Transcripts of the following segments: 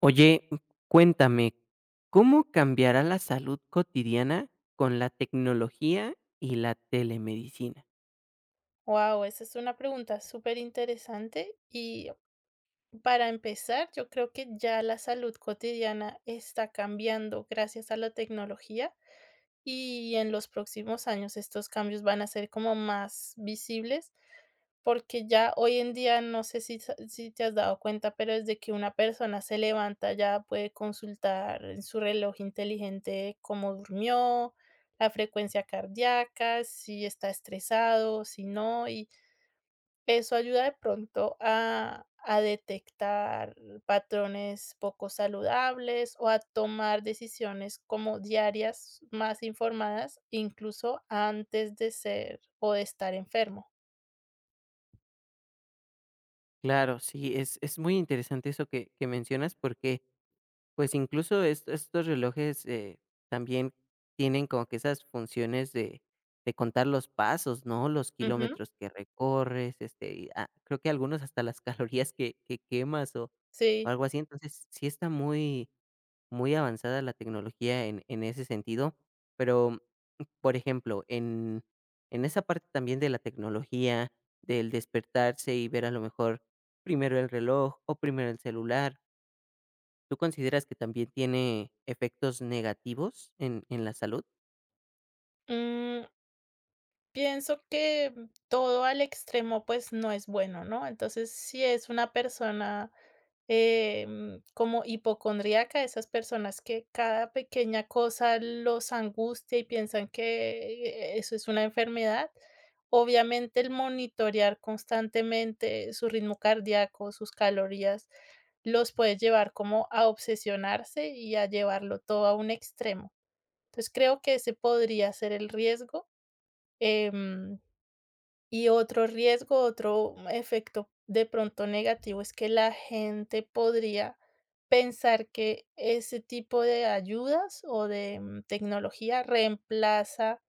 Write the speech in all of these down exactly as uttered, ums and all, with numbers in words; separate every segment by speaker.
Speaker 1: Oye, cuéntame, ¿cómo cambiará la salud cotidiana con la tecnología y la telemedicina?
Speaker 2: Wow, esa es una pregunta súper interesante y para empezar, yo creo que ya la salud cotidiana está cambiando gracias a la tecnología y en los próximos años estos cambios van a ser como más visibles porque ya hoy en día, no sé si, sa- si te has dado cuenta, pero desde que una persona se levanta ya puede consultar en su reloj inteligente cómo durmió, la frecuencia cardíaca, si está estresado, si no, eso ayuda de pronto a a detectar patrones poco saludables o a tomar decisiones como diarias más informadas, incluso antes de ser o de estar enfermo.
Speaker 1: Claro, sí, es, es muy interesante eso que, que mencionas porque pues incluso est- estos relojes eh, también tienen como que esas funciones de, de contar los pasos, ¿no? Los
Speaker 2: Ujú,
Speaker 1: kilómetros que recorres, este, y, ah, creo que algunos hasta las calorías que, que quemas o, o
Speaker 2: sí.
Speaker 1: algo así. Entonces, sí está muy, muy avanzada la tecnología en, en ese sentido, pero, por ejemplo, en, en esa parte también de la tecnología, del despertarse y ver a lo mejor primero el reloj o primero el celular, ¿tú consideras que también tiene efectos negativos en, en la salud?
Speaker 2: Mm. Pienso que todo al extremo, pues, no es bueno, ¿no? Entonces, si es una persona, em, como hipocondríaca, esas personas que cada pequeña cosa los angustia y piensan que eh, eso es una enfermedad, obviamente el monitorear constantemente su ritmo cardíaco, sus calorías, los puede llevar como a obsesionarse y a llevarlo todo a un extremo. Entonces, creo que ese podría ser el riesgo. Em y otro riesgo, otro efecto de pronto negativo es que la gente podría pensar que ese tipo de ayudas o de mm, tecnología reemplaza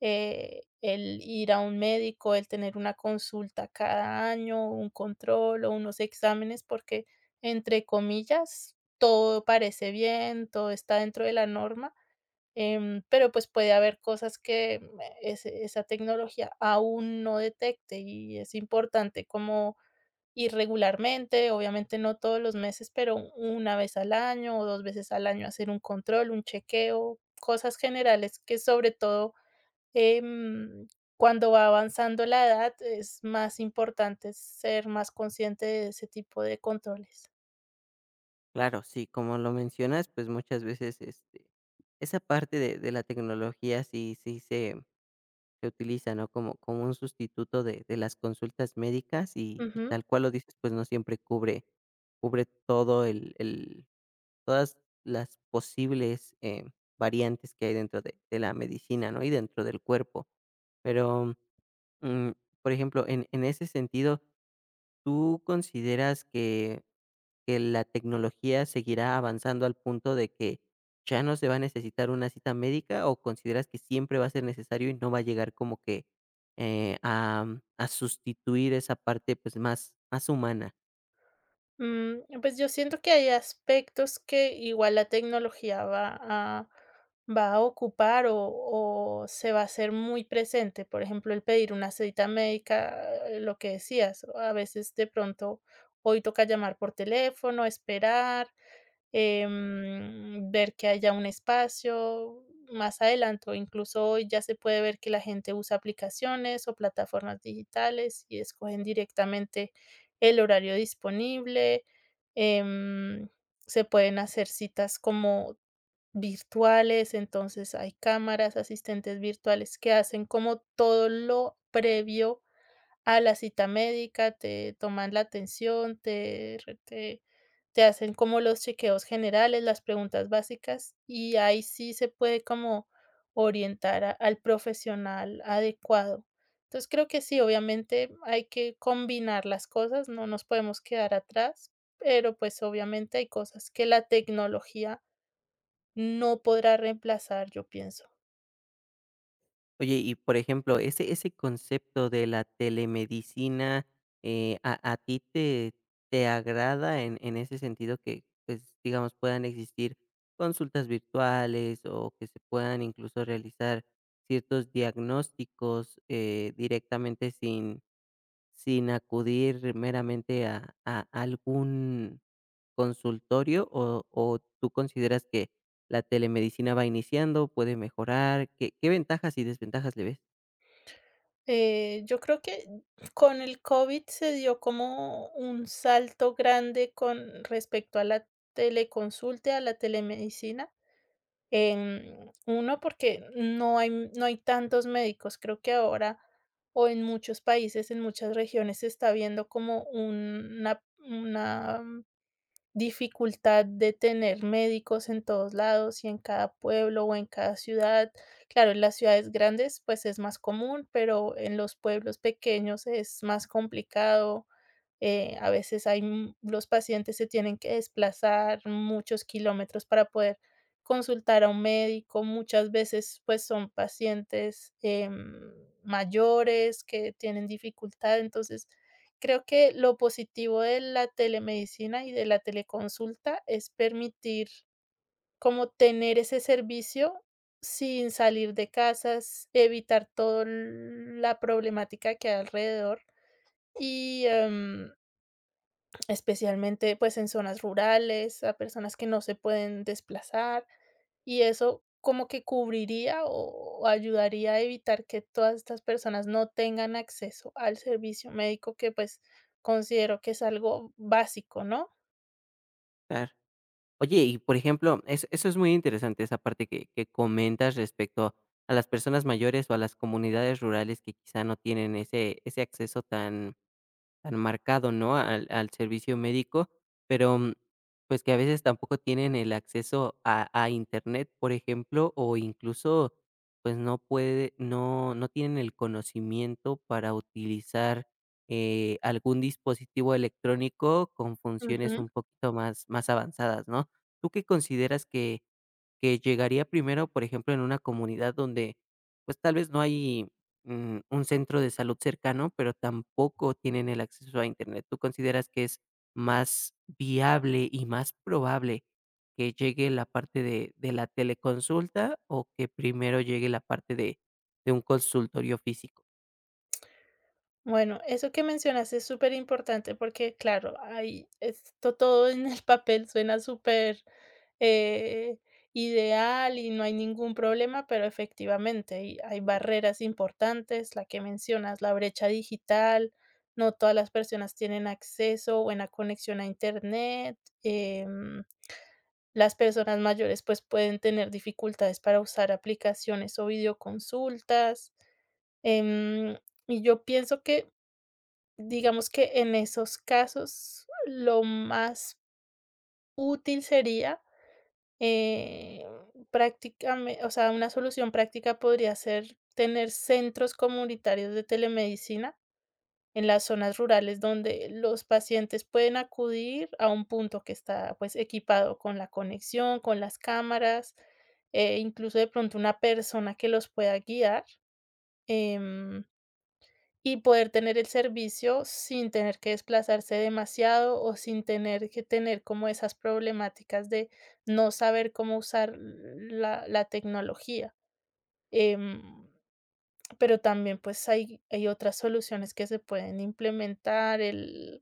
Speaker 2: eh, el ir a un médico, el tener una consulta cada año, un control o unos exámenes, porque entre comillas todo parece bien, todo está dentro de la norma. Em, pero, pues, puede haber cosas que mm, ese esa tecnología aún no detecte, y es importante como ir regularmente, obviamente no todos los meses, pero una vez al año o dos veces al año hacer un control, un chequeo, cosas generales que sobre todo, em, cuando va avanzando la edad es más importante ser más consciente de ese tipo de controles.
Speaker 1: Claro, sí, como lo mencionas, pues muchas veces este, esa parte de, de la tecnología sí, sí se utiliza, ¿no? Como como un sustituto de de las consultas médicas y y tal cual lo dices, pues, no siempre cubre cubre todo el el todas las posibles, eh, variantes que hay dentro de de la medicina, ¿no? Y dentro del cuerpo. Pero, mm, por ejemplo, en en ese sentido, ¿tú consideras que que la tecnología seguirá avanzando al punto de que ya no se va a necesitar una cita médica o consideras que siempre va a ser necesario y no va a llegar como que eh, a, a sustituir esa parte pues más, más humana?
Speaker 2: Mm, pues yo siento que hay aspectos que igual la tecnología va a, va a ocupar o, o se va a hacer muy presente. Por ejemplo, el pedir una cita médica, eh, lo que decías, a veces de pronto hoy toca llamar por teléfono, esperar, em, ver que haya un espacio. Más adelante, o incluso hoy ya se puede ver que la gente usa aplicaciones o plataformas digitales y escogen directamente el horario disponible. em, se pueden hacer citas como virtuales, entonces hay cámaras, asistentes virtuales que hacen como todo lo previo a la cita médica, te toman la atención, te re te te hacen como los chequeos generales, las preguntas básicas, y ahí sí se puede como orientar a al profesional adecuado. Entonces, creo que sí, obviamente hay que combinar las cosas, no nos podemos quedar atrás, pero, pues, obviamente hay cosas que la tecnología no podrá reemplazar, yo pienso.
Speaker 1: Oye, y por ejemplo, ese ese concepto de la telemedicina, eh, ¿a a ti te te agrada en en ese sentido que, pues, digamos, puedan existir consultas virtuales o que se puedan incluso realizar ciertos diagnósticos, eh, directamente sin sin acudir meramente a a algún consultorio, o o tú consideras que la telemedicina va iniciando, puede mejorar, ¿qué qué ventajas y desventajas le ves?
Speaker 2: Eh, yo creo que con el COVID se dio como un salto grande con respecto a la teleconsulta, a la telemedicina. Em, uno, porque no hay, no hay tantos médicos. Creo que ahora, o en muchos países, en muchas regiones, se está viendo como una, una dificultad de tener médicos en todos lados y en cada pueblo o en cada ciudad. Claro, en las ciudades grandes, pues es más común, pero en los pueblos pequeños es más complicado. Eh, a veces hay, mm, los pacientes se tienen que desplazar muchos kilómetros para poder consultar a un médico. Muchas veces, pues son pacientes em, mayores que tienen dificultad. Entonces, Creo que lo positivo de la telemedicina y de la teleconsulta es permitir como tener ese servicio sin salir de casas, evitar toda la problemática que hay alrededor y, em Especialmente, pues, en zonas rurales, a personas que no se pueden desplazar, y eso como que cubriría o o ayudaría a evitar que todas estas personas no tengan acceso al servicio médico que, pues, considero que es algo básico, ¿no?
Speaker 1: Claro. Oye, y por ejemplo, eso eso es muy interesante, esa parte que que comentas respecto a las personas mayores o a las comunidades rurales que quizá no tienen ese ese acceso tan tan marcado, ¿no? Al al servicio médico, pero, mm, pues, que a veces tampoco tienen el acceso a a Internet, por ejemplo, o incluso, pues, no puede no no tienen el conocimiento para utilizar, eh, algún dispositivo electrónico con funciones un poquito más más avanzadas, ¿no? ¿Tú qué consideras que que llegaría primero, por ejemplo, en una comunidad donde, pues, tal vez no hay, mm, un centro de salud cercano, pero tampoco tienen el acceso a Internet? ¿Tú consideras que es más viable y más probable que llegue la parte de de la teleconsulta o que primero llegue la parte de de un consultorio físico?
Speaker 2: Bueno, eso que mencionaste es súper importante porque, claro, ahí esto todo en el papel suena súper eh, ideal y no hay ningún problema, pero efectivamente hay, hay barreras importantes, la que mencionas, la brecha digital, no todas las personas tienen acceso o buena conexión a Internet, em, las personas mayores pues pueden tener dificultades para usar aplicaciones o videoconsultas. em, y yo pienso que Digamos que en esos casos, lo más útil sería, eh, prácticame o sea, una solución práctica podría ser tener centros comunitarios de telemedicina en las zonas rurales donde los pacientes pueden acudir a un punto que está, pues, equipado con la conexión, con las cámaras, eh, incluso de pronto una persona que los pueda guiar, em, y poder tener el servicio sin tener que desplazarse demasiado o sin tener que tener como esas problemáticas de no saber cómo usar la la tecnología. Em, pero también, pues, hay hay otras soluciones que se pueden implementar, el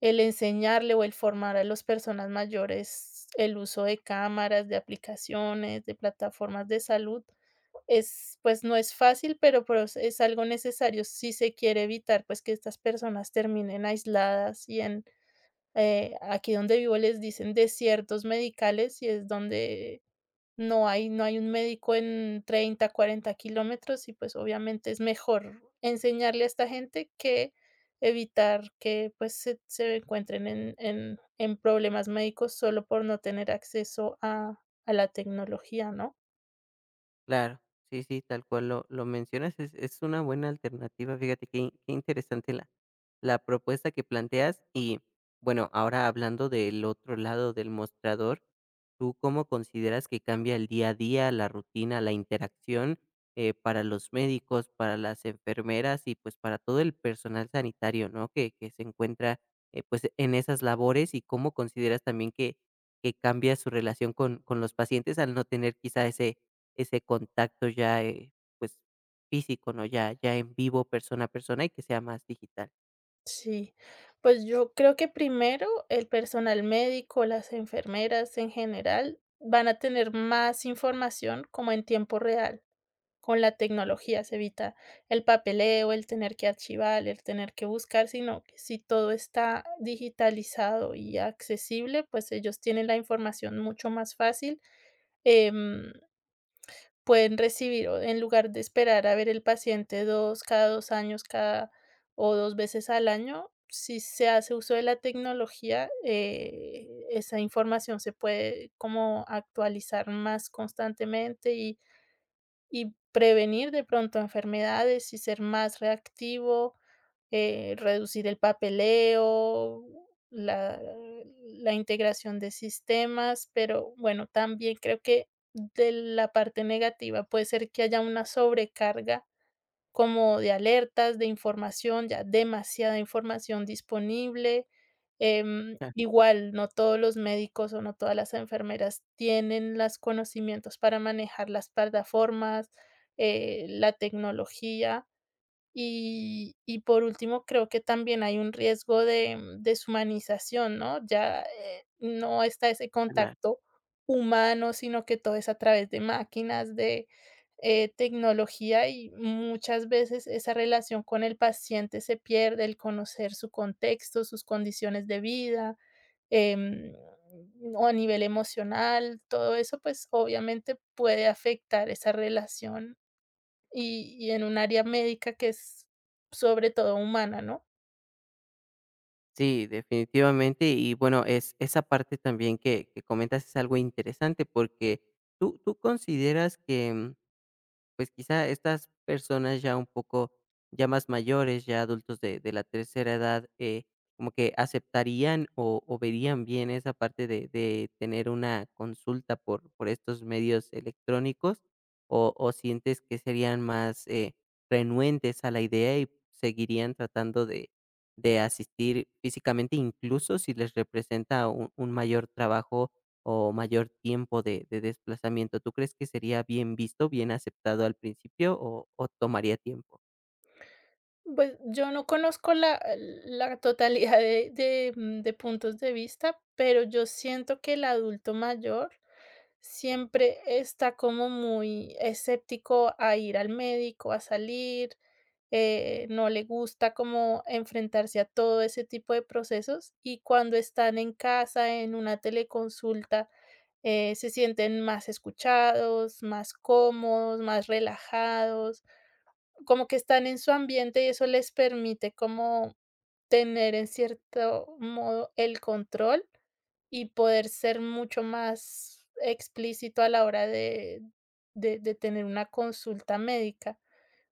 Speaker 2: el enseñarle o el formar a las personas mayores el uso de cámaras, de aplicaciones, de plataformas de salud, es, pues, no es fácil, pero pero es algo necesario si se quiere evitar, pues, que estas personas terminen aisladas y en, eh, aquí donde vivo les dicen desiertos medicales y es donde no hay no hay un médico en treinta cuarenta kilómetros y, pues, obviamente es mejor enseñarle a esta gente que evitar que, pues, se se encuentren en en en problemas médicos solo por no tener acceso a a la tecnología, ¿no?
Speaker 1: Claro, sí, sí, tal cual lo, lo mencionas, es, es una buena alternativa, fíjate qué, in- qué interesante la, la propuesta que planteas y bueno, ahora hablando del otro lado del mostrador, ¿tú cómo consideras que cambia el día a día, la rutina, la interacción eh, para los médicos, para las enfermeras y pues para todo el personal sanitario, ¿no? Que, que se encuentra eh, pues en esas labores y cómo consideras también que, que cambia su relación con, con los pacientes al no tener quizá ese ese contacto ya, eh, pues, físico, ¿no? Ya ya en vivo, persona a persona, y que sea más digital.
Speaker 2: Sí, pues yo creo que primero el personal médico, las enfermeras en general, van a tener más información como en tiempo real. Con la tecnología se evita el papeleo, el tener que archivar, el tener que buscar, sino que si todo está digitalizado y accesible, pues ellos tienen la información mucho más fácil. Em, Pueden recibir, o en lugar de esperar a ver el paciente dos cada dos años, cada o dos veces al año, si se hace uso de la tecnología, eh, esa información se puede como actualizar más constantemente y y prevenir de pronto enfermedades y ser más reactivo, eh, reducir el papeleo, la la integración de sistemas, pero bueno, también creo que de la parte negativa puede ser que haya una sobrecarga como de alertas, de información, ya demasiada información disponible. Em,
Speaker 1: Ah,
Speaker 2: igual, no todos los médicos o no todas las enfermeras tienen los conocimientos para manejar las plataformas, eh, la tecnología. Y y por último, creo que también hay un riesgo de mm, deshumanización, ¿no? Ya, eh, no está ese
Speaker 1: claro.
Speaker 2: contacto humano, sino que todo es a través de máquinas, de, eh, tecnología, y muchas veces esa relación con el paciente se pierde, el conocer su contexto, sus condiciones de vida, em, o a nivel emocional, todo eso, pues, obviamente puede afectar esa relación y y en un área médica que es sobre todo humana, ¿no?
Speaker 1: Sí, definitivamente. Y bueno, es esa parte también que que comentas es algo interesante, porque, ¿tú tú consideras que, mm, pues, quizá estas personas ya un poco, ya más mayores, ya adultos de de la tercera edad, eh, como que aceptarían o o verían bien esa parte de de tener una consulta por por estos medios electrónicos, o o sientes que serían más, eh, renuentes a la idea y seguirían tratando de de asistir físicamente, incluso si les representa un un mayor trabajo o mayor tiempo de de desplazamiento? ¿Tú crees que sería bien visto, bien aceptado al principio o o tomaría tiempo?
Speaker 2: Pues, yo no conozco la la totalidad de de, mm, de puntos de vista, pero yo siento que el adulto mayor siempre está como muy escéptico a ir al médico, a salir, eh, no le gusta como enfrentarse a todo ese tipo de procesos, y cuando están en casa, en una teleconsulta, eh, se sienten más escuchados, más cómodos, más relajados, como que están en su ambiente y eso les permite como tener en cierto modo el control y poder ser mucho más explícito a la hora de, de, de tener una consulta médica.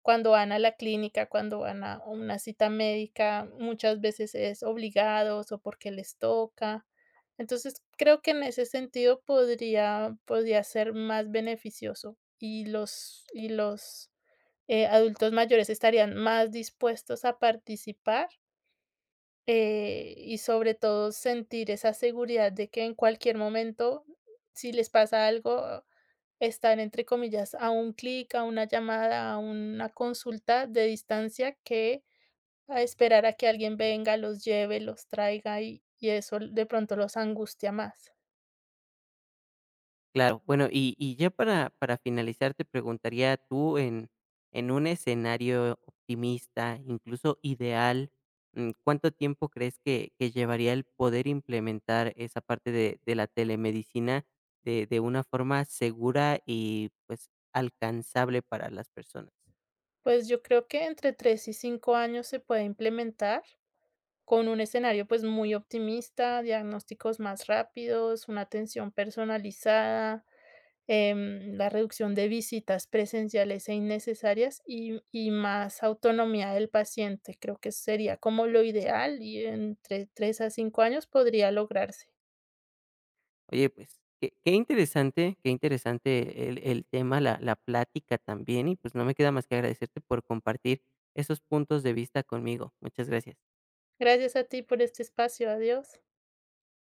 Speaker 2: Cuando van a la clínica, cuando van a una cita médica, muchas veces es obligados o porque les toca. Entonces, creo que en ese sentido podría podría ser más beneficioso y los y los, eh, adultos mayores estarían más dispuestos a participar, eh, y sobre todo sentir esa seguridad de que en cualquier momento, si les pasa algo están, entre comillas, a un clic, a una llamada, a una consulta de distancia que a esperar a que alguien venga, los lleve, los traiga y, y eso de pronto los angustia más.
Speaker 1: Claro, bueno, y y ya para para finalizar, te preguntaría, tú en en un escenario optimista, incluso ideal, mm, ¿cuánto tiempo crees que que llevaría el poder implementar esa parte de de la telemedicina de de una forma segura y, pues, alcanzable para las personas?
Speaker 2: Pues yo creo que entre tres y cinco años se puede implementar. Con un escenario, pues, muy optimista, diagnósticos más rápidos, una atención personalizada, em, la reducción de visitas presenciales e innecesarias y y más autonomía del paciente. Creo que sería como lo ideal y entre tres a cinco años podría lograrse.
Speaker 1: Oye, pues, qué qué interesante, qué interesante el el tema, la la plática también, y pues, no me queda más que agradecerte por compartir esos puntos de vista conmigo. Muchas gracias.
Speaker 2: Gracias a ti por este espacio. Adiós.